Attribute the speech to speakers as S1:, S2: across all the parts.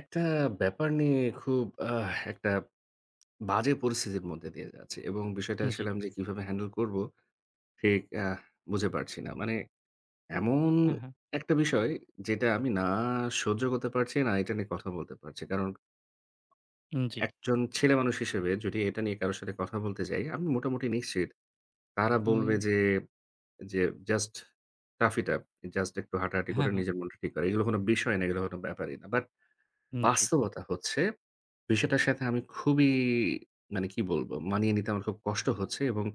S1: একটা ব্যাপার নিয়ে খুব একটা বাজে পরিস্থিতির মধ্যে দিয়ে যাচ্ছি এবং বিষয়টা
S2: জি।
S1: আসলে আমি যে কিভাবে হ্যান্ডেল করব ঠিক বুঝে পারছি না। মানে এমন
S2: হ্যাঁ, হ্যাঁ।
S1: একটা বিষয় যেটা আমি না সহ্য করতে পারছি, না এটা নিয়ে কথা বলতে পারছি। কারণ
S2: জি।
S1: একজন ছেলে মানুষ হিসেবে যদি এটা নিয়ে কারো সাথে কথা বলতে যাই, আমি মোটামুটি নিশ্চিত তারা
S2: হুম।
S1: বলবে যে, যে just rough it up just একটু হাঁটাহাঁটি
S2: হ্যাঁ,
S1: করে
S2: হ্যাঁ।
S1: নিজের মনটা ঠিক করা। এগুলো কোনো বিষয় না, এগুলো কোনো ব্যাপারই না। বাট
S2: জি।
S1: বাস্তবতা হচ্ছে, বিষয়টার সাথে আমি খুবই মানে কি বলবো? মানিয়ে নিতে আমার খুব কষ্ট হচ্ছে এবং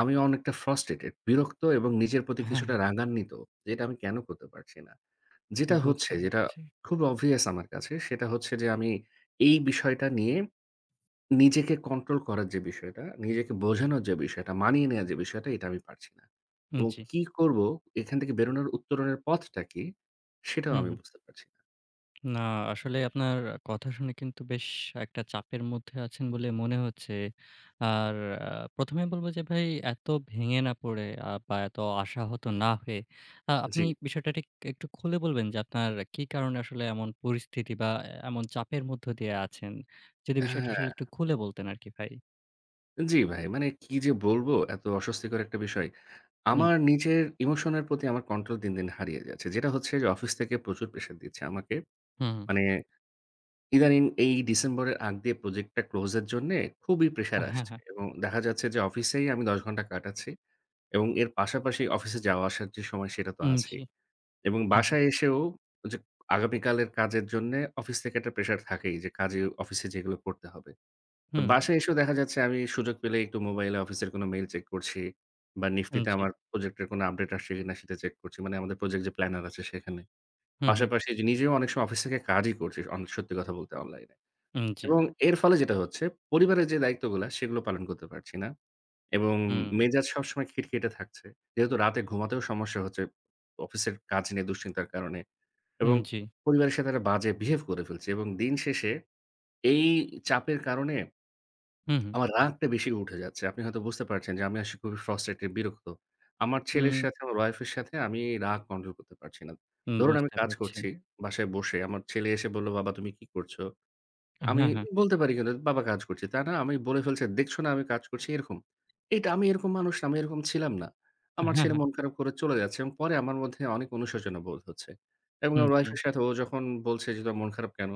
S1: আমি অনেকটা ফ্রাস্ট্রেটেড, বিরক্ত এবং নিজের প্রতি
S2: হ্যাঁ,
S1: কিছুটা
S2: হ্যাঁ।
S1: রাগান্বিত। যে এটা আমি কেন করতে পারছি না? যেটা হচ্ছে,
S2: বুঝতে
S1: যেটা
S2: পারছি।
S1: খুব obvious আমার কাছে, সেটা হচ্ছে যে আমি এই বিষয়টা নিয়ে নিজেকে কন্ট্রোল করার যে বিষয়টা, নিজেকে বোঝানোর যে বিষয়টা, মানিয়ে নেওয়ার যে বিষয়টা, এটা আমি পারছি না। এবং
S2: জি।
S1: কি করব? এখান থেকে বেরোনোর উত্তরণের পথটা কি? সেটাও
S2: হুম,
S1: আমি
S2: হুম।
S1: বুঝতে পারছি না।
S2: না আসলে আপনার কথা শুনে কিন্তু বেশ একটা চাপের মধ্যে আছেন বলে মনে হচ্ছে। আর আ ১ম এ বলব যে ভাই এত ভেঙে না পড়ে বা এত আশাহত না হয়ে আপনি
S1: জি।
S2: বিষয়টা ঠিক একটু খুলে বলবেন যে আপনার কি কারণে আসলে এমন পরিস্থিতি বা এমন চাপের মধ্য দিয়ে আছেন? যদি বিষয়টা আসলে একটু খুলে বলতেন আরকি ভাই।
S1: জি ভাই, মানে কি যে বলব এত অস্বস্তিকর একটা বিষয়। আমার
S2: জি।
S1: নিজের ইমোশনের প্রতি আমার কন্ট্রোল দিন, দিন হারিয়ে যাচ্ছে। যেটা হচ্ছে যে অফিস থেকে প্রচুর প্রেশার দিচ্ছে আমাকে।
S2: হুম। হুম।
S1: মানে ইদানিং এই ডিসেম্বরের আগ দিয়ে প্রজেক্টটা ক্লোজ এর জন্যে খুবই প্রেশার
S2: হ্যাঁ,
S1: আসছে
S2: হ্যাঁ।
S1: এবং দেখা যাচ্ছে যে অফিসেই আমি ১০ ঘন্টা কাটাচ্ছি এবং এর পাশাপাশি অফিসে যাওয়া আসার যে সময় সেটা তো
S2: জি।
S1: আছেই। এবং
S2: হুম, হুম।
S1: বাসায় এসেও যে আগামীকালের কাজের জন্যে অফিস থেকে একটা প্রেশার থাকেই যে কাজে অফিসে যেগুলো করতে হবে। তো
S2: হুম,
S1: বাসায় এসেও দেখা যাচ্ছে আমি সুযোগ পেলে একটু মোবাইলে অফিসের কোনো মেইল চেক করছি বা
S2: হুম,
S1: নিফটিতে
S2: জি।
S1: আমার প্রজেক্টের কোনো আপডেট আসছে কিনা সেটা চেক করছি। মানে আমাদের প্রজেক্ট যে প্ল্যানার আছে সেখানে।
S2: হুম, হুম,
S1: পাশাপাশি যে নিজেও অনেক সময় অফিস থেকে কাজই করছি অন সত্যি কথা বলতে অনলাইনে।
S2: হুম, জি।
S1: এবং এর ফলে যেটা হচ্ছে পরিবারের যে দায়িত্বগুলা সেগুলো পালন করতে পারছি না। এবং
S2: হুম,
S1: মেজাজ সবসময় খিটখিটে থাকছে। যেহেতু রাতে ঘুমাতেও সমস্যা হচ্ছে অফিসের কাজ নিয়ে দুশ্চিন্তার কারণে। এবং
S2: হুম, জি।
S1: পরিবারের সাথে একটা বাজে বিহেভ করে ফেলছি এবং দিন শেষে এই চাপের কারণে
S2: হুম, হুম,
S1: আমার রাগটা বেশি উঠে যাচ্ছে। আপনি হয়তো বুঝতে পারছেন যে আমি আসি খুবই ফ্রাস্ট্রেটেড, বিরক্ত। আমার ছেলের
S2: হুম,
S1: সাথে, আমার ওয়াইফের সাথে আমি রাগ কন্ট্রোল করতে পারছি না।
S2: হুম,
S1: ধরুন আমি
S2: বুঝতে
S1: কাজ
S2: পারছি।
S1: করছি বাসায় বসে। আমার ছেলে এসে বলল, "বাবা তুমি কি করছো?" আমি
S2: হ্যাঁ, হ্যাঁ,
S1: বলতে পারি কিন্তু, "বাবা কাজ করছি।" তা না আমি বলে ফেলছে, "দেখছো না আমি কাজ করছি?" এরকম। এটা আমি এরকম মানুষ না, আমি এরকম ছিলাম না।
S2: হ্যাঁ,
S1: আমার ছেলে
S2: হ্যাঁ,
S1: মন খারাপ করে চলে যাচ্ছে এবং পরে আমার মধ্যে অনেক অনুশোচনা বোধ হচ্ছে। এবং
S2: হুম,
S1: আমার
S2: জি।
S1: ওয়াইফের সাথে ও যখন বলছে যে, "তোর মন খারাপ কেন?"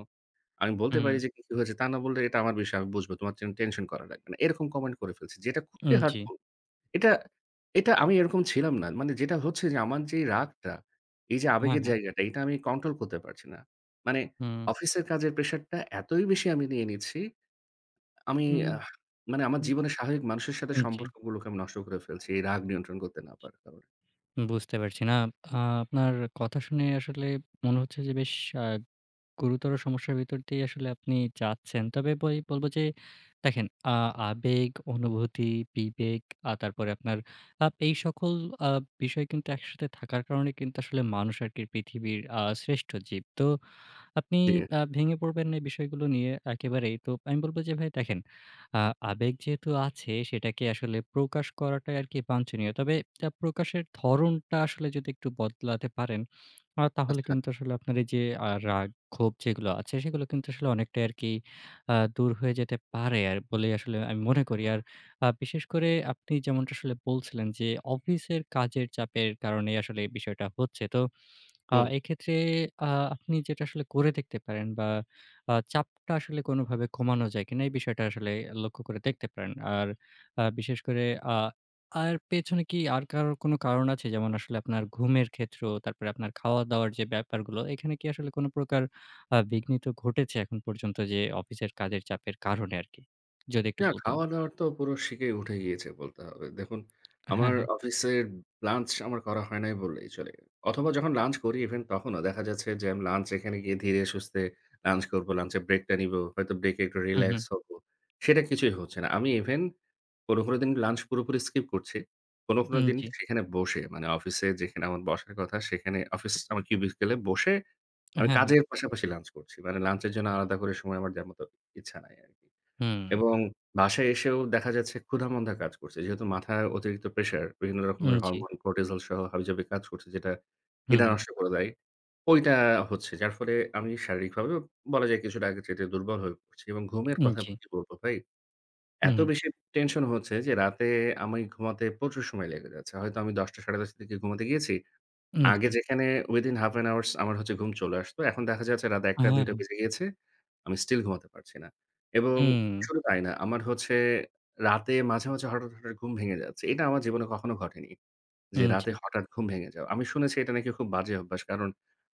S1: আমি বলতে
S2: হুম,
S1: পারি যে, "কি, কি হয়েছে?" তা না বললে, "এটা আমার বিষয়, আমি বুঝবো। তোমার টেনশন করা লাগবে না।" এরকম কমেন্ট করে ফেলছে। যেটা খুবই
S2: হুম, জি।
S1: হার্টফুল। এটা এটা আমি এরকম ছিলাম না। মানে যেটা হচ্ছে যে, আমার যেই রাগটা, এই যে
S2: হ্যাঁ,
S1: আবেগের
S2: হ্যাঁ,
S1: জায়গাটা, এটা আমি কন্ট্রোল করতে পারছি না। মানে
S2: হুম,
S1: অফিসের কাজের প্রেশারটা এতই বেশি আমি নিয়ে নিচ্ছি, আমি
S2: হুম,
S1: আহ মানে আমার
S2: হুম,
S1: জীবনের স্বাভাবিক মানুষের সাথে
S2: হুম, জি।
S1: সম্পর্কগুলোকে আমি নষ্ট করে ফেলছি, এই রাগ নিয়ন্ত্রণ করতে না পারার কারণে।
S2: বুঝতে পারছি। না আ আপনার কথা শুনে আসলে মনে হচ্ছে যে বেশ আ গুরুতর সমস্যার ভিতর দিয়ে আসলে আপনি যাচ্ছেন। তবে বই বলব যে দেখেন আ আবেগ, অনুভূতি, বিবেক তারপরে আপনার এই সকল আ বিষয় কিন্তু একসাথে থাকার কারণে কিন্তু আসলে মানুষ আরকি পৃথিবীর শ্রেষ্ঠ জীব। তো আপনি
S1: জি,
S2: ভেঙে পড়বেন না এই বিষয়গুলো নিয়ে একেবারেই। তো আমি বলব যে ভাই দেখেন, আ আবেগ যেহেতু আছে সেটাকে আসলে প্রকাশ করাটাই আরকি বাঞ্ছনীয়। তবে তা প্রকাশের ধরণটা আসলে যদি একটু বদলাতে পারেন, তাহলে
S1: আচ্ছা।
S2: কিন্তু আসলে আপনার এই যে রাগ, ক্ষোভ যেগুলো আছে সেগুলো কিন্তু আসলে অনেকটাই আরকি দূর হয়ে যেতে পারে আর বলেই আসলে আমি মনে করি। আর বিশেষ করে আপনি যেমনটা আসলে বলছিলেন যে অফিসের কাজের চাপের কারণেই আসলে এই বিষয়টা হচ্ছে। তো
S1: হুম।
S2: এক্ষেত্রে আ আপনি যেটা আসলে করে দেখতে পারেন বা চাপটা আসলে কোনোভাবে কমানো যায় কিনা এই বিষয়টা আসলে লক্ষ্য করে দেখতে পারেন। আর বিশেষ করে আ আর পেছনে কি আর কারোর কোনো কারণ আছে? যেমন আসলে আপনার ঘুমের ক্ষেত্র, তারপরে আপনার খাওয়া-দাওয়ার যে ব্যাপারগুলো, এখানে কি আসলে কোনো প্রকার বিঘ্নিত ঘটেছে এখন পর্যন্ত যে অফিসের কাজের চাপের কারণে আরকি? যদি একটু
S1: না,
S2: বলতেন।
S1: খাওয়া-দাওয়ার তো পুরো শিখেই উঠে গিয়েছে বলতে হবে। দেখুন,
S2: হ্যাঁ,
S1: আমার
S2: হ্যাঁ।
S1: অফিসের লাঞ্চ আমার করা হয় নাই বললেই চলে। অথবা যখন লাঞ্চ করি ইভেন তখনও দেখা যাচ্ছে যে আমি লাঞ্চ এখানে গিয়ে ধীরে সুস্থে লাঞ্চ করব, লাঞ্চের ব্রেকটা নিবো। হয়তো ব্রেকে একটু
S2: হু, হু।
S1: রিল্যাক্স হবো। সেটা কিছুই হচ্ছে না। আমি ইভেন কোনো, কোনো দিন লাঞ্চ পুরোপুরি স্কিপ করছি। কোনো, কোনো দিন
S2: জি।
S1: সেখানে বসে মানে অফিসে যেখানে আমার বসার কথা সেখানে অফিস আমার কিউবিকেলে বসে
S2: হ্যাঁ,
S1: আমি
S2: হ্যাঁ।
S1: কাজের পাশাপাশি লাঞ্চ করছি। মানে লাঞ্চের জন্য আলাদা করে সময় আমার দেওয়ার মতো ইচ্ছা নাই আরকি।
S2: হুম।
S1: এবং বাসায় এসেও দেখা যাচ্ছে ক্ষুধামন্দা কাজ করছে। যেহেতু মাথার অতিরিক্ত প্রেশার, বিভিন্ন রকমের
S2: জি।
S1: হরমোন, কর্টিসল সহ হাবিজাবি কাজ করছে যেটা
S2: হু,
S1: খিদা
S2: হু।
S1: নষ্ট করে দেয়। ওইটা হচ্ছে। যার ফলে আমি শারীরিকভাবেও বলা যায় কিছুটা আগের চাইতে দুর্বল হয়ে পড়ছি এবং ঘুমের কথা
S2: জি।
S1: কি বলবো ভাই?
S2: হু,
S1: এত
S2: হু।
S1: বেশি টেনশন হচ্ছে যে রাতে আমি ঘুমাতে প্রচুর সময় লেগে যাচ্ছে। হয়তো আমি ১০ঃ০০ ১০ঃ৩০ থেকে ঘুমাতে গিয়েছি।
S2: জি।
S1: আগে যেখানে within half an hours আমার হচ্ছে ঘুম চলে আসতো, এখন দেখা যাচ্ছে রাত
S2: হ্যাঁ,
S1: ১ঃ০০-২ঃ০০
S2: হ্যাঁ।
S1: বেজে গিয়েছে। আমি still ঘুমাতে পারছি না। এবং
S2: হুম,
S1: শুধু তাই না, আমার হচ্ছে রাতে মাঝে, মাঝে হঠাৎ, হঠাৎ ঘুম ভেঙে যাচ্ছে। এটা আমার জীবনে কখনো ঘটেনি। যে
S2: জি।
S1: রাতে হঠাৎ ঘুম ভেঙে যাওয়া। আমি শুনেছি এটা নাকি খুব বাজে অভ্যাস। কারণ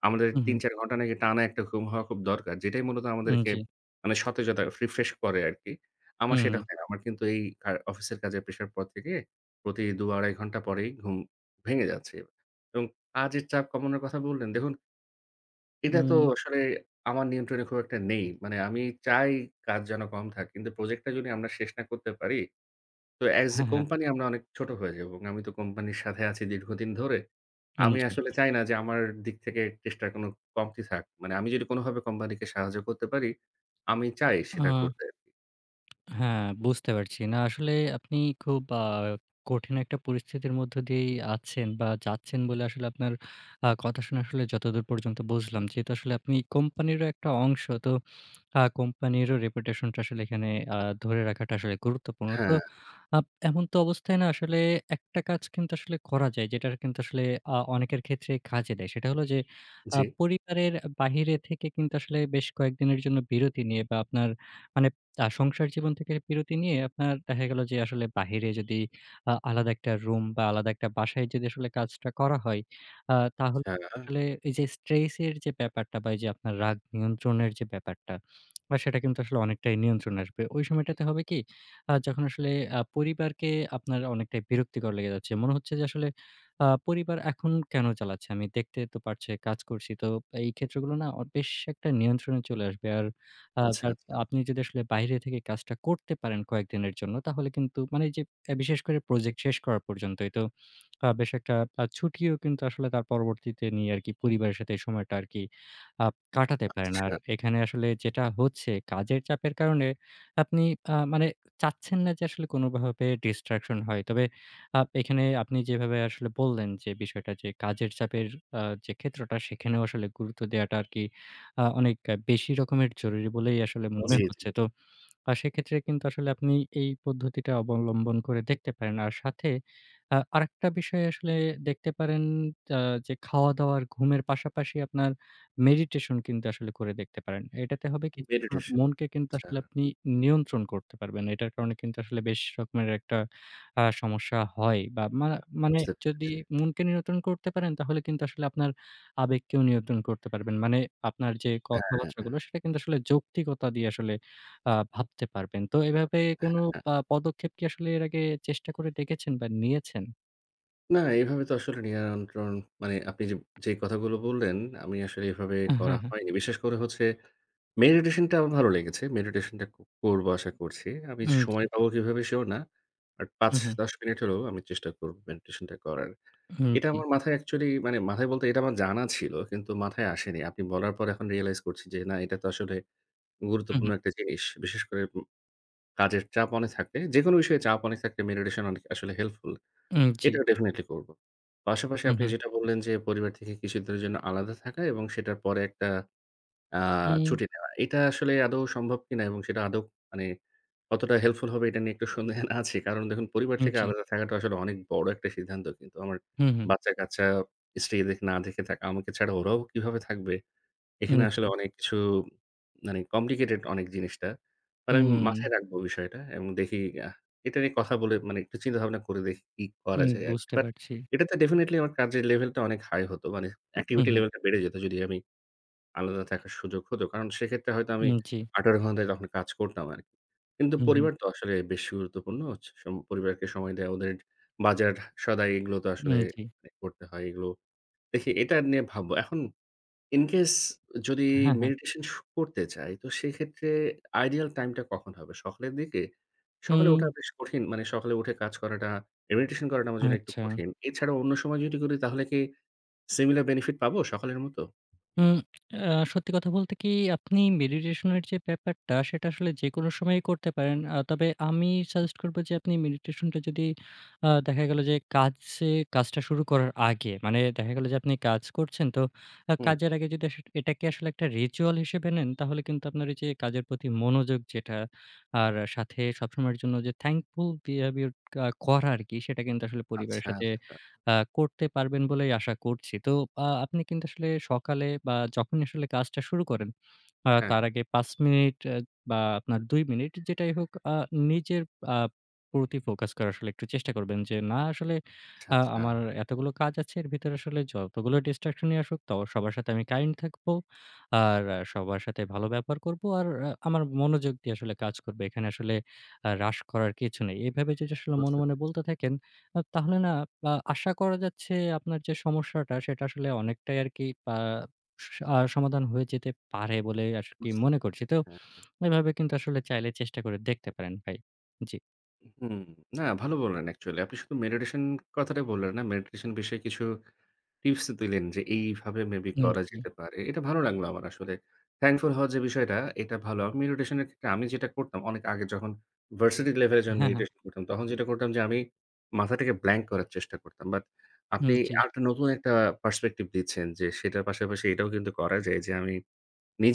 S1: আমাদের
S2: হুম, হুম,
S1: ৩-৪ ঘন্টা নাকি টানা একটা ঘুম হওয়া খুব দরকার। যেটাই মূলত আমাদেরকে
S2: জি।
S1: মানে সতেজতা রিফ্রেশ করে আরকি। আমার
S2: হুম,
S1: সেটা হয় না। আমার কিন্তু এই অফিসের কাজের প্রেশার পর থেকে প্রতি ২-২.৫ ঘন্টা পরেই ঘুম ভেঙে যাচ্ছে। এবং কাজের চাপ কমানোর কথা বললেন। দেখুন এটা তো
S2: উম
S1: আসলে আমার নিয়ন্ত্রণে খুব একটা নেই। মানে আমি চাই কাজ যেন কম থাকে। কিন্তু প্রজেক্টটা যদি আমরা শেষ না করতে পারি তো অ্যাজ এ
S2: হ্যাঁ, হ্যাঁ,
S1: কোম্পানি আমরা অনেক ছোট হয়ে যাবো এবং আমি তো কোম্পানির সাথে আছি দীর্ঘদিন ধরে। আমি
S2: জি।
S1: আসলে চাই না যে আমার দিক থেকে চেষ্টার কোনো কমতি থাক। মানে আমি যদি কোনোভাবে কোম্পানিকে সাহায্য করতে পারি, আমি চাই
S2: আ
S1: সেটা করতে আরকি।
S2: হ্যাঁ, বুঝতে পারছি। না আসলে আপনি খুব কঠিন একটা পরিস্থিতির মধ্য দিয়েই আছেন বা যাচ্ছেন বলে আসলে আপনার কথা শুনে আসলে যতদূর পর্যন্ত বুঝলাম। যেহেতু আসলে আপনি কোম্পানিরও একটা অংশ। তো কোম্পানিরও রেপুটেশনটা আসলে এখানে আ ধরে রাখাটা আসলে গুরুত্বপূর্ণ। তো
S1: হ্যাঁ,
S2: এমন তো অবস্থায় না আসলে একটা কাজ কিন্তু আসলে করা যায়, যেটা কিন্তু আসলে অনেকের ক্ষেত্রে কাজে দেয়। সেটা হলো যে
S1: জি।
S2: পরিবারের বাহিরে থেকে কিন্তু আসলে বেশ কয়েকদিনের জন্য বিরতি নিয়ে বা আপনার মানে সংসার জীবন থেকে বিরতি নিয়ে আপনার দেখা গেল যে আসলে বাহিরে যদি আলাদা একটা রুম বা আলাদা একটা বাসায় যদি আসলে কাজটা করা হয়, আ তাহলে
S1: আচ্ছা,
S2: আসলে এই যে স্ট্রেস এর যে ব্যাপারটা বা এই যে আপনার রাগ নিয়ন্ত্রণের যে ব্যাপারটা বা সেটা কিন্তু আসলে অনেকটাই নিয়ন্ত্রণে আসবে। ওই সময়টাতে হবে কি, যখন আসলে পরিবারকে আপনার অনেকটাই বিরক্তিকর লেগে যাচ্ছে। মনে হচ্ছে যে আসলে পরিবার এখন কেন জ্বালাচ্ছে? আমি দেখতে তো পারছি, কাজ করছি। তো এই ক্ষেত্রগুলো না বেশ একটা নিয়ন্ত্রণে চলে আসবে। আর আ
S1: আচ্ছা,
S2: যার
S1: আচ্ছা,
S2: আপনি যদি আসলে বাইরে থেকে কাজটা করতে পারেন কয়েকদিনের জন্য, তাহলে কিন্তু মানে যে বিশেষ করে প্রজেক্ট শেষ করা পর্যন্তই তো বেশ একটা ছুটিও কিন্তু আসলে তার পরবর্তীতে নিয়ে আরকি পরিবারের সাথে এই সময়টা আরকি কাটাতে পারেন। আর
S1: আচ্ছা।
S2: এখানে আসলে যেটা হচ্ছে কাজের চাপের কারণে আপনি মানে চাচ্ছেন না যে আসলে কোনোভাবে distraction হয়। তবে এখানে আপনি যেভাবে আসলে বললেন যে বিষয়টা যে কাজের চাপের যে ক্ষেত্রটা সেখানেও আসলে গুরুত্ব দেওয়াটা আরকি অনেক বেশি রকমের জরুরি বলেই আসলে মনে
S1: জি, জি।
S2: হচ্ছে। তো সেক্ষেত্রে কিন্তু আসলে আপনি এই পদ্ধতিটা অবলম্বন করে দেখতে পারেন। আর সাথে আরেকটা বিষয় আসলে দেখতে পারেন আ যে খাওয়া-দাওয়া আর ঘুমের পাশাপাশি আপনার মেডিটেশন কিন্তু আসলে করে দেখতে পারেন। এটাতে হবে কি যে আপনার
S1: মেডিটেশন।
S2: মনকে কিন্তু
S1: আচ্ছা,
S2: আসলে আপনি নিয়ন্ত্রণ করতে পারবেন। এটার কারণে কিন্তু আসলে বেশ রকমের একটা সমস্যা হয় বা মানে
S1: বুঝতে
S2: যদি
S1: পেরেছি।
S2: মনকে নিয়ন্ত্রণ করতে পারেন তাহলে কিন্তু আসলে আপনার আবেগকেও নিয়ন্ত্রণ করতে পারবেন। মানে আপনার যে
S1: হ্যাঁ।
S2: কথাবার্তাগুলো সেটা কিন্তু আসলে যৌক্তিকতা দিয়ে আসলে ভাবতে পারবেন। তো এভাবে কোনো পদক্ষেপ কি আসলে এর আগে চেষ্টা করে দেখেছেন বা নিয়েছেন?
S1: না, এভাবে তো আসলে নিয়ন্ত্রণ মানে আপনি যে যেই কথাগুলো বললেন, আমি আসলে এভাবে করা
S2: হ্যাঁ, হ্যাঁ।
S1: হয়নি। বিশেষ করে হচ্ছে মেডিটেশনটা আমার ভালো লেগেছে। মেডিটেশনটা করবো আশা করছি। আমি
S2: জি।
S1: সময় পাবো কিভাবে সেও না। But
S2: who, who.
S1: ৫-১০ মিনিট হলেও আমি চেষ্টা করব মেডিটেশনটা করার। এটা
S2: জি।
S1: আমার মাথায় অ্যাকচুয়ালি মানে মাথায় বলতে এটা আমার জানা ছিল কিন্তু মাথায় আসেনি। আপনি বলার পর এখন রিয়ালাইজ করছি যে না এটা তো আসলে
S2: হু,
S1: গুরুত্বপূর্ণ
S2: হু।
S1: একটা জিনিস। বিশেষ করে কাজের চাপ অনেক থাকলে যেকোনো বিষয়ে চাপ অনেক থাকলে মেডিটেশন অনেক আসলে হেল্পফুল।
S2: জি।
S1: এটা ডেফিনিটলি করব। পাশাপাশি
S2: হু,
S1: আপনি
S2: হু।
S1: যেটা বললেন যে, পরিবার থেকে কিছুদিনের জন্য আলাদা থাকা এবং সেটার পরে একটা আ
S2: উম
S1: ছুটি নেওয়া। এটা আসলে আদৌ সম্ভব কিনা এবং সেটা আদৌ মানে কতটা হেল্পফুল হবে এটা নিয়ে একটু সন্দেহ আছে। কারণ দেখুন পরিবার
S2: উম
S1: থেকে
S2: জি।
S1: আলাদা থাকাটা আসলে অনেক বড় একটা সিদ্ধান্ত কিন্তু। আমার
S2: হু, হু।
S1: বাচ্চা-কাচ্চা, স্ত্রী এদেরকে না দেখে থাকা, আমাকে ছাড়া ওরাও কিভাবে থাকবে? এখানে
S2: জি।
S1: আসলে অনেক কিছু মানে কমপ্লিকেটেড অনেক জিনিসটা। মানে আমি
S2: হুম।
S1: মাথায় রাখবো বিষয়টা এবং দেখি আহ এটা নিয়ে কথা বলে মানে একটু চিন্তাভাবনা করে দেখি কি করা যায় আরকি।
S2: বুঝতে
S1: বাট
S2: পারছি।
S1: এটাতে ডেফিনিটলি আমার কাজের লেভেলটা অনেক হাই হতো। মানে
S2: হু,
S1: অ্যাক্টিভিটি
S2: হু।
S1: লেভেলটা বেড়ে যেত যদি আমি আলাদা থাকার সুযোগ হতো। কারণ সেক্ষেত্রে হয়তো আমি
S2: জি।
S1: ১৮ ঘন্টায় তখন কাজ করতাম আরকি। কিন্তু
S2: হু, হু।
S1: পরিবার তো আসলে বেশি গুরুত্বপূর্ণ। হচ্ছে পরিবারকে সময় দেয়া, ওদের বাজার সদাই এগুলো তো আসলে
S2: জি।
S1: মানে করতে হয় এগুলো। দেখি এটা নিয়ে ভাববো। এখন In case যদি
S2: হ্যাঁ, হ্যাঁ।
S1: মেডিটেশন করতে চাই, তো সেক্ষেত্রে আইডিয়াল টাইমটা কখন হবে? সকালের দিকে? সকালে ওঠা
S2: উম
S1: বেশ কঠিন। মানে সকালে উঠে কাজ করাটা, এই মেডিটেশন করাটা আমার জন্য একটু
S2: আচ্ছা।
S1: কঠিন। এছাড়া অন্য সময় যদি করি তাহলে কি সিমিলার বেনিফিট পাবো সকালের মতো?
S2: উম আ সত্যি কথা বলতে কি আপনি মেডিটেশনের যে ব্যাপারটা সেটা আসলে যেকোনো সময়ই করতে পারেন। তবে আমি
S1: আচ্ছা,
S2: সাজেস্ট করব যে আপনি মেডিটেশনটা যদি দেখা গেল যে কাজটা শুরু করার আগে মানে দেখা গেল যে আপনি কাজ করছেন তো
S1: হুম।
S2: কাজের আগে যদি এটাকে আসলে একটা রিচুয়াল হিসেবে নেন তাহলে কিন্তু আপনার এই যে কাজের প্রতি মনোযোগ যেটা আর সাথে সবসময়ের জন্য যে থ্যাঙ্কফুল বিহেভিয়ার করা আরকি সেটা কিন্তু আসলে পরিবারের
S1: আচ্ছা,
S2: সাথে
S1: আচ্ছা।
S2: আ করতে পারবেন বলেই আশা করছি। তো আপনি কিন্তু আসলে সকালে বা যখনই আসলে কাজটা শুরু করেন,
S1: হ্যাঁ,
S2: তার আগে ৫ মিনিট বা আপনার ২ মিনিট যেটাই হোক নিজের আ প্রতি ফোকাস করার আসলে একটু চেষ্টা করবেন যে, না আসলে
S1: আচ্ছা, আচ্ছা।
S2: আমার এতগুলো কাজ আছে এর ভিতরে আসলে যতগুলো ডিস্ট্রাকশন ই আসুক তো সবার সাথে আমি কাইন্ড থাকবো। আর সবার সাথে ভালো ব্যবহার করব। আর আমার মনোযোগ দিয়ে আসলে কাজ করবে। এখানে আসলে হ্রাস করার কিছু নেই। এভাবে যদি আসলে মনে,
S1: বুঝতে
S2: মনে
S1: পে
S2: বলতে থাকেন তাহলে না আশা করা যাচ্ছে আপনার যে সমস্যাটা সেটা আসলে অনেকটাই আরকি আ স আ সমাধান হয়ে যেতে পারে বলে আরকি
S1: বুঝতে
S2: মনে করছি।
S1: পেরেছি।
S2: তো
S1: হ্যাঁ, হ্যাঁ।
S2: এভাবে কিন্তু আসলে চাইলে চেষ্টা করে দেখতে পারেন ভাই। জি।
S1: হুম। না ভালো বললেন অ্যাকচুয়ালি। আপনি শুধু মেডিটেশন কথাটাই বললেন না, মেডিটেশন বিষয়ে কিছু টিপস দিলেন যে এইভাবে মেবি করা
S2: জি।
S1: যেতে পারে। এটা ভালো লাগলো আমার আসলে। thankful হওয়ার যে বিষয়টা এটা ভালো। আমি মেডিটেশন এর ক্ষেত্রে আমি যেটা করতাম অনেক আগে যখন ভার্সিটি লেভেলে যখন
S2: হ্যাঁ, হ্যাঁ।
S1: মেডিটেশন করতাম তখন যেটা করতাম যে আমি মাথাটাকে ব্ল্যাঙ্ক করার চেষ্টা করতাম। বাট আপনি
S2: জি।
S1: আরেকটা নতুন একটা পার্সপেক্টিভ দিচ্ছেন যে সেটার পাশাপাশি এটাও কিন্তু করা যায় যে আমি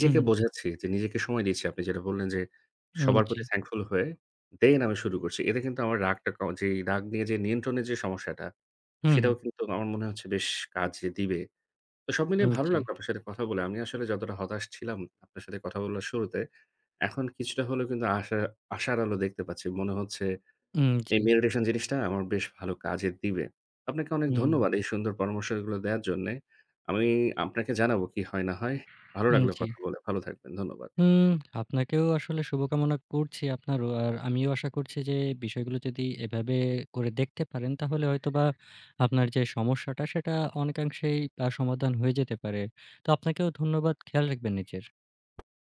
S2: হুম, হুম।
S1: বোঝাচ্ছি যে নিজেকে সময় দিচ্ছি। আপনি যেটা বললেন যে সবার
S2: জি।
S1: প্রতি thankful হয়ে then আমি শুরু করছি। এতে কিন্তু আমার রাগটা ক যেই রাগ নিয়ে যে নিয়ন্ত্রণের যে সমস্যাটা,
S2: হুম, হুম।
S1: সেটাও কিন্তু আমার মনে হচ্ছে বেশ কাজে দিবে। তো সব মিলিয়ে ভালো
S2: জি।
S1: লাগলো আপনার সাথে কথা বলে। আমি আসলে যতটা হতাশ ছিলাম আপনার সাথে কথা বলার শুরুতে, এখন কিছুটা হলেও কিন্তু আশার আলো দেখতে পাচ্ছি। মনে হচ্ছে
S2: জি।
S1: এই মেডিটেশন জিনিসটা আমার বেশ ভালো কাজে দিবে। আপনাকে অনেক
S2: হুম,
S1: ধন্যবাদ এই সুন্দর পরামর্শগুলো দেয়ার জন্যে। আমি আপনাকে জানাবো কি হয় না হয়। ভালো লাগলো
S2: জি।
S1: কথা বলে। ভালো থাকবেন। ধন্যবাদ।
S2: হুম, আপনাকেও আসলে শুভকামনা করছি আপনারও। আর আমিও আশা করছি যে বিষয়গুলো যদি এভাবে করে দেখতে পারেন তাহলে হয়তোবা আপনার যে সমস্যাটা সেটা অনেকাংশেই সমাধান হয়ে যেতে পারে। তো আপনাকেও ধন্যবাদ। খেয়াল রাখবেন নিজের।